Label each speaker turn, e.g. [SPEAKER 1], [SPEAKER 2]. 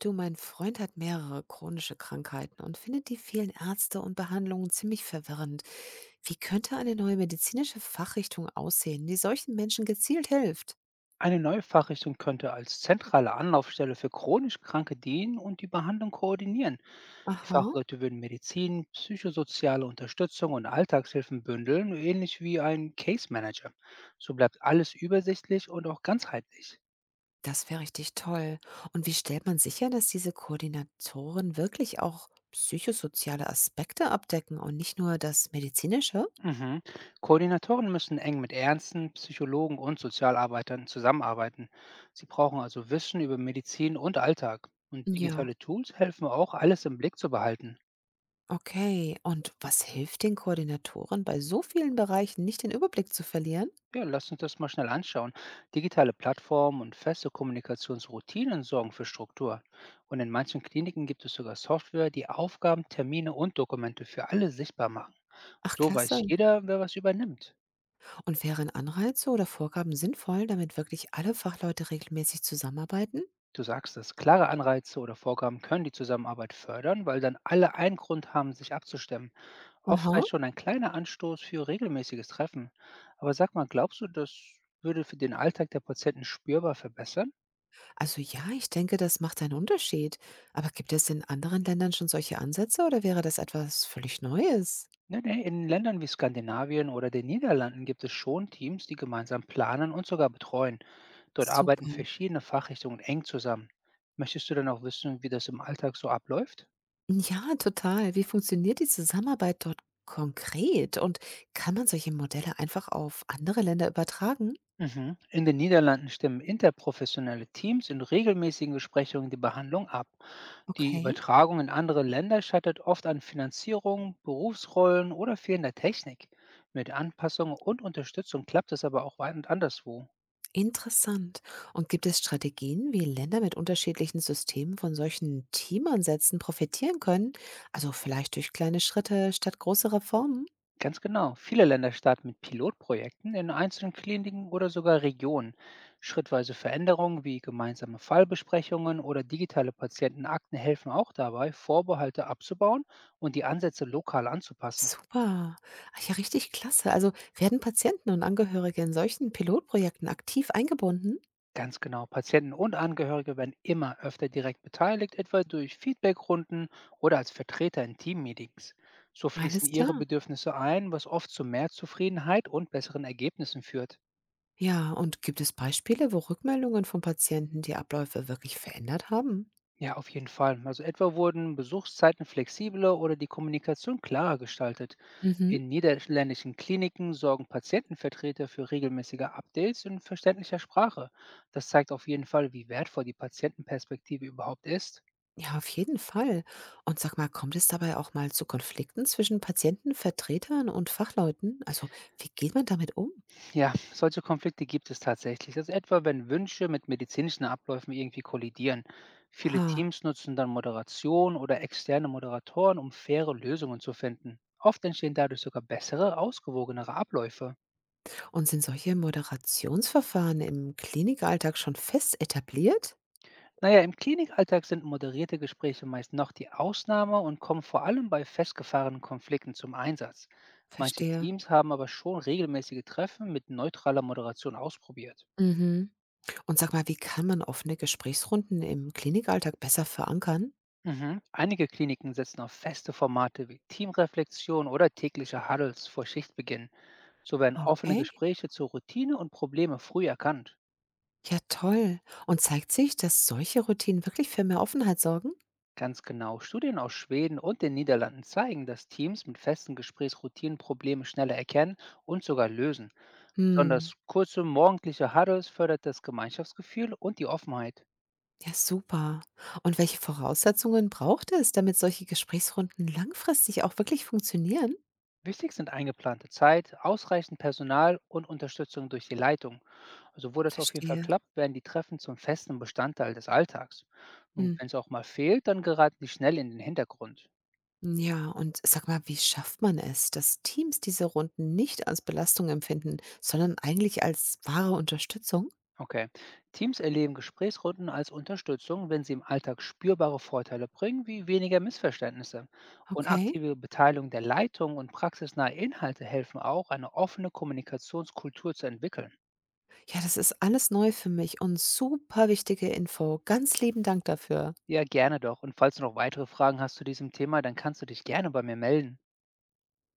[SPEAKER 1] Du, mein Freund hat mehrere chronische Krankheiten und findet die vielen Ärzte und Behandlungen ziemlich verwirrend. Wie könnte eine neue medizinische Fachrichtung aussehen, die solchen Menschen gezielt hilft?
[SPEAKER 2] Eine neue Fachrichtung könnte als zentrale Anlaufstelle für chronisch Kranke dienen und die Behandlung koordinieren. Die
[SPEAKER 1] Aha,
[SPEAKER 2] Fachleute würden Medizin, psychosoziale Unterstützung und Alltagshilfen bündeln, ähnlich wie ein Case Manager. So bleibt alles übersichtlich und auch ganzheitlich.
[SPEAKER 1] das wäre richtig toll. Und wie stellt man sicher, dass diese Koordinatoren wirklich auch psychosoziale Aspekte abdecken und nicht nur das medizinische?
[SPEAKER 2] Mhm. Koordinatoren müssen eng mit Ärzten, Psychologen und Sozialarbeitern zusammenarbeiten. Sie brauchen also Wissen über Medizin und Alltag. Und
[SPEAKER 1] Ja,
[SPEAKER 2] digitale Tools helfen auch, alles im Blick zu behalten.
[SPEAKER 1] okay. Und was hilft den Koordinatoren bei so vielen Bereichen nicht den Überblick zu verlieren?
[SPEAKER 2] Ja, lass uns das mal schnell anschauen. Digitale Plattformen und feste Kommunikationsroutinen sorgen für Struktur. Und in manchen Kliniken gibt es sogar Software, die Aufgaben, Termine und Dokumente für alle sichtbar machen.
[SPEAKER 1] Ach,
[SPEAKER 2] So weiß
[SPEAKER 1] klasse.
[SPEAKER 2] jeder, wer was übernimmt.
[SPEAKER 1] Und wären Anreize oder Vorgaben sinnvoll, damit wirklich alle Fachleute regelmäßig zusammenarbeiten?
[SPEAKER 2] Du sagst es, klare Anreize oder Vorgaben können die Zusammenarbeit fördern, weil dann alle einen Grund haben, sich abzustimmen. Oft
[SPEAKER 1] Aha.
[SPEAKER 2] reicht schon ein kleiner Anstoß für regelmäßiges Treffen. Aber sag mal, glaubst du, das würde für den Alltag der Patienten spürbar verbessern?
[SPEAKER 1] Also ja, ich denke, das macht einen Unterschied. Aber gibt es in anderen Ländern schon solche Ansätze oder wäre das etwas völlig Neues?
[SPEAKER 2] Ne, ne, in Ländern wie Skandinavien oder den Niederlanden gibt es schon Teams, die gemeinsam planen und sogar betreuen. Dort arbeiten
[SPEAKER 1] Super.
[SPEAKER 2] verschiedene Fachrichtungen eng zusammen. Möchtest du dann auch wissen, wie das im Alltag so abläuft?
[SPEAKER 1] Ja, total. Wie funktioniert die Zusammenarbeit dort konkret? Und kann man solche Modelle einfach auf andere Länder übertragen?
[SPEAKER 2] Mhm. In den Niederlanden stimmen interprofessionelle Teams in regelmäßigen Besprechungen die Behandlung ab. Die
[SPEAKER 1] Okay.
[SPEAKER 2] Übertragung in andere Länder scheitert oft an Finanzierung, Berufsrollen oder fehlender Technik. Mit Anpassung und Unterstützung klappt es aber auch weit und anderswo.
[SPEAKER 1] Interessant. Und gibt es Strategien, wie Länder mit unterschiedlichen Systemen von solchen Teamansätzen profitieren können? Also vielleicht durch kleine Schritte statt große Reformen?
[SPEAKER 2] Ganz genau. Viele Länder starten mit Pilotprojekten in einzelnen Kliniken oder sogar Regionen. Schrittweise Veränderungen wie gemeinsame Fallbesprechungen oder digitale Patientenakten helfen auch dabei, Vorbehalte abzubauen und die Ansätze lokal anzupassen.
[SPEAKER 1] Super. Ah ja, richtig klasse. Also werden Patienten und Angehörige in solchen Pilotprojekten aktiv eingebunden?
[SPEAKER 2] Ganz genau. Patienten und Angehörige werden immer öfter direkt beteiligt, etwa durch Feedbackrunden oder als Vertreter in Teammeetings. So fließen
[SPEAKER 1] Alles
[SPEAKER 2] ihre
[SPEAKER 1] klar.
[SPEAKER 2] Bedürfnisse ein, was oft zu mehr Zufriedenheit und besseren Ergebnissen führt.
[SPEAKER 1] Ja, und gibt es Beispiele, wo Rückmeldungen von Patienten die Abläufe wirklich verändert haben?
[SPEAKER 2] Ja, auf jeden Fall. Also etwa wurden Besuchszeiten flexibler oder die Kommunikation klarer gestaltet.
[SPEAKER 1] Mhm.
[SPEAKER 2] In niederländischen Kliniken sorgen Patientenvertreter für regelmäßige Updates in verständlicher Sprache. Das zeigt auf jeden Fall, wie wertvoll die Patientenperspektive überhaupt ist.
[SPEAKER 1] Ja, auf jeden Fall. Und sag mal, kommt es dabei auch mal zu Konflikten zwischen Patienten, Vertretern und Fachleuten? Also, wie geht man damit um?
[SPEAKER 2] Ja, solche Konflikte gibt es tatsächlich. Also etwa, wenn Wünsche mit medizinischen Abläufen irgendwie kollidieren. Viele
[SPEAKER 1] Ha.
[SPEAKER 2] Teams nutzen dann Moderation oder externe Moderatoren, um faire Lösungen zu finden. Oft entstehen dadurch sogar bessere, ausgewogenere Abläufe.
[SPEAKER 1] Und sind solche Moderationsverfahren im Klinikalltag schon fest etabliert?
[SPEAKER 2] Naja, im Klinikalltag sind moderierte Gespräche meist noch die Ausnahme und kommen vor allem bei festgefahrenen Konflikten zum Einsatz. Manche
[SPEAKER 1] Verstehe.
[SPEAKER 2] Teams haben aber schon regelmäßige Treffen mit neutraler Moderation ausprobiert.
[SPEAKER 1] Mhm. Und sag mal, wie kann man offene Gesprächsrunden im Klinikalltag besser verankern?
[SPEAKER 2] Mhm. Einige Kliniken setzen auf feste Formate wie Teamreflexion oder tägliche Huddles vor Schichtbeginn. So werden offene
[SPEAKER 1] Okay.
[SPEAKER 2] Gespräche zur Routine und Probleme früh erkannt.
[SPEAKER 1] Ja, toll. Und zeigt sich, dass solche Routinen wirklich für mehr Offenheit sorgen?
[SPEAKER 2] Ganz genau, Studien aus Schweden und den Niederlanden zeigen, dass Teams mit festen Gesprächsroutinen Probleme schneller erkennen und sogar lösen. Besonders
[SPEAKER 1] Hm.
[SPEAKER 2] kurze morgendliche Huddles fördert das Gemeinschaftsgefühl und die Offenheit.
[SPEAKER 1] Ja, super. Und welche Voraussetzungen braucht es, damit solche Gesprächsrunden langfristig auch wirklich funktionieren?
[SPEAKER 2] Wichtig sind eingeplante Zeit, ausreichend Personal und Unterstützung durch die Leitung. Also wo das auf jeden Fall
[SPEAKER 1] Verstehe.
[SPEAKER 2] klappt, werden die Treffen zum festen Bestandteil des Alltags. Und
[SPEAKER 1] Hm.
[SPEAKER 2] wenn es auch mal fehlt, dann geraten die schnell in den Hintergrund.
[SPEAKER 1] Ja, und sag mal, wie schafft man es, dass Teams diese Runden nicht als Belastung empfinden, sondern eigentlich als wahre Unterstützung?
[SPEAKER 2] Okay. Teams erleben Gesprächsrunden als Unterstützung, wenn sie im Alltag spürbare Vorteile bringen, wie weniger Missverständnisse. Und
[SPEAKER 1] Okay.
[SPEAKER 2] aktive Beteiligung der Leitung und praxisnahe Inhalte helfen auch, eine offene Kommunikationskultur zu entwickeln.
[SPEAKER 1] Ja, das ist alles neu für mich und super wichtige Info. Ganz lieben Dank dafür.
[SPEAKER 2] Ja, gerne doch. Und falls du noch weitere Fragen hast zu diesem Thema, dann kannst du dich gerne bei mir melden.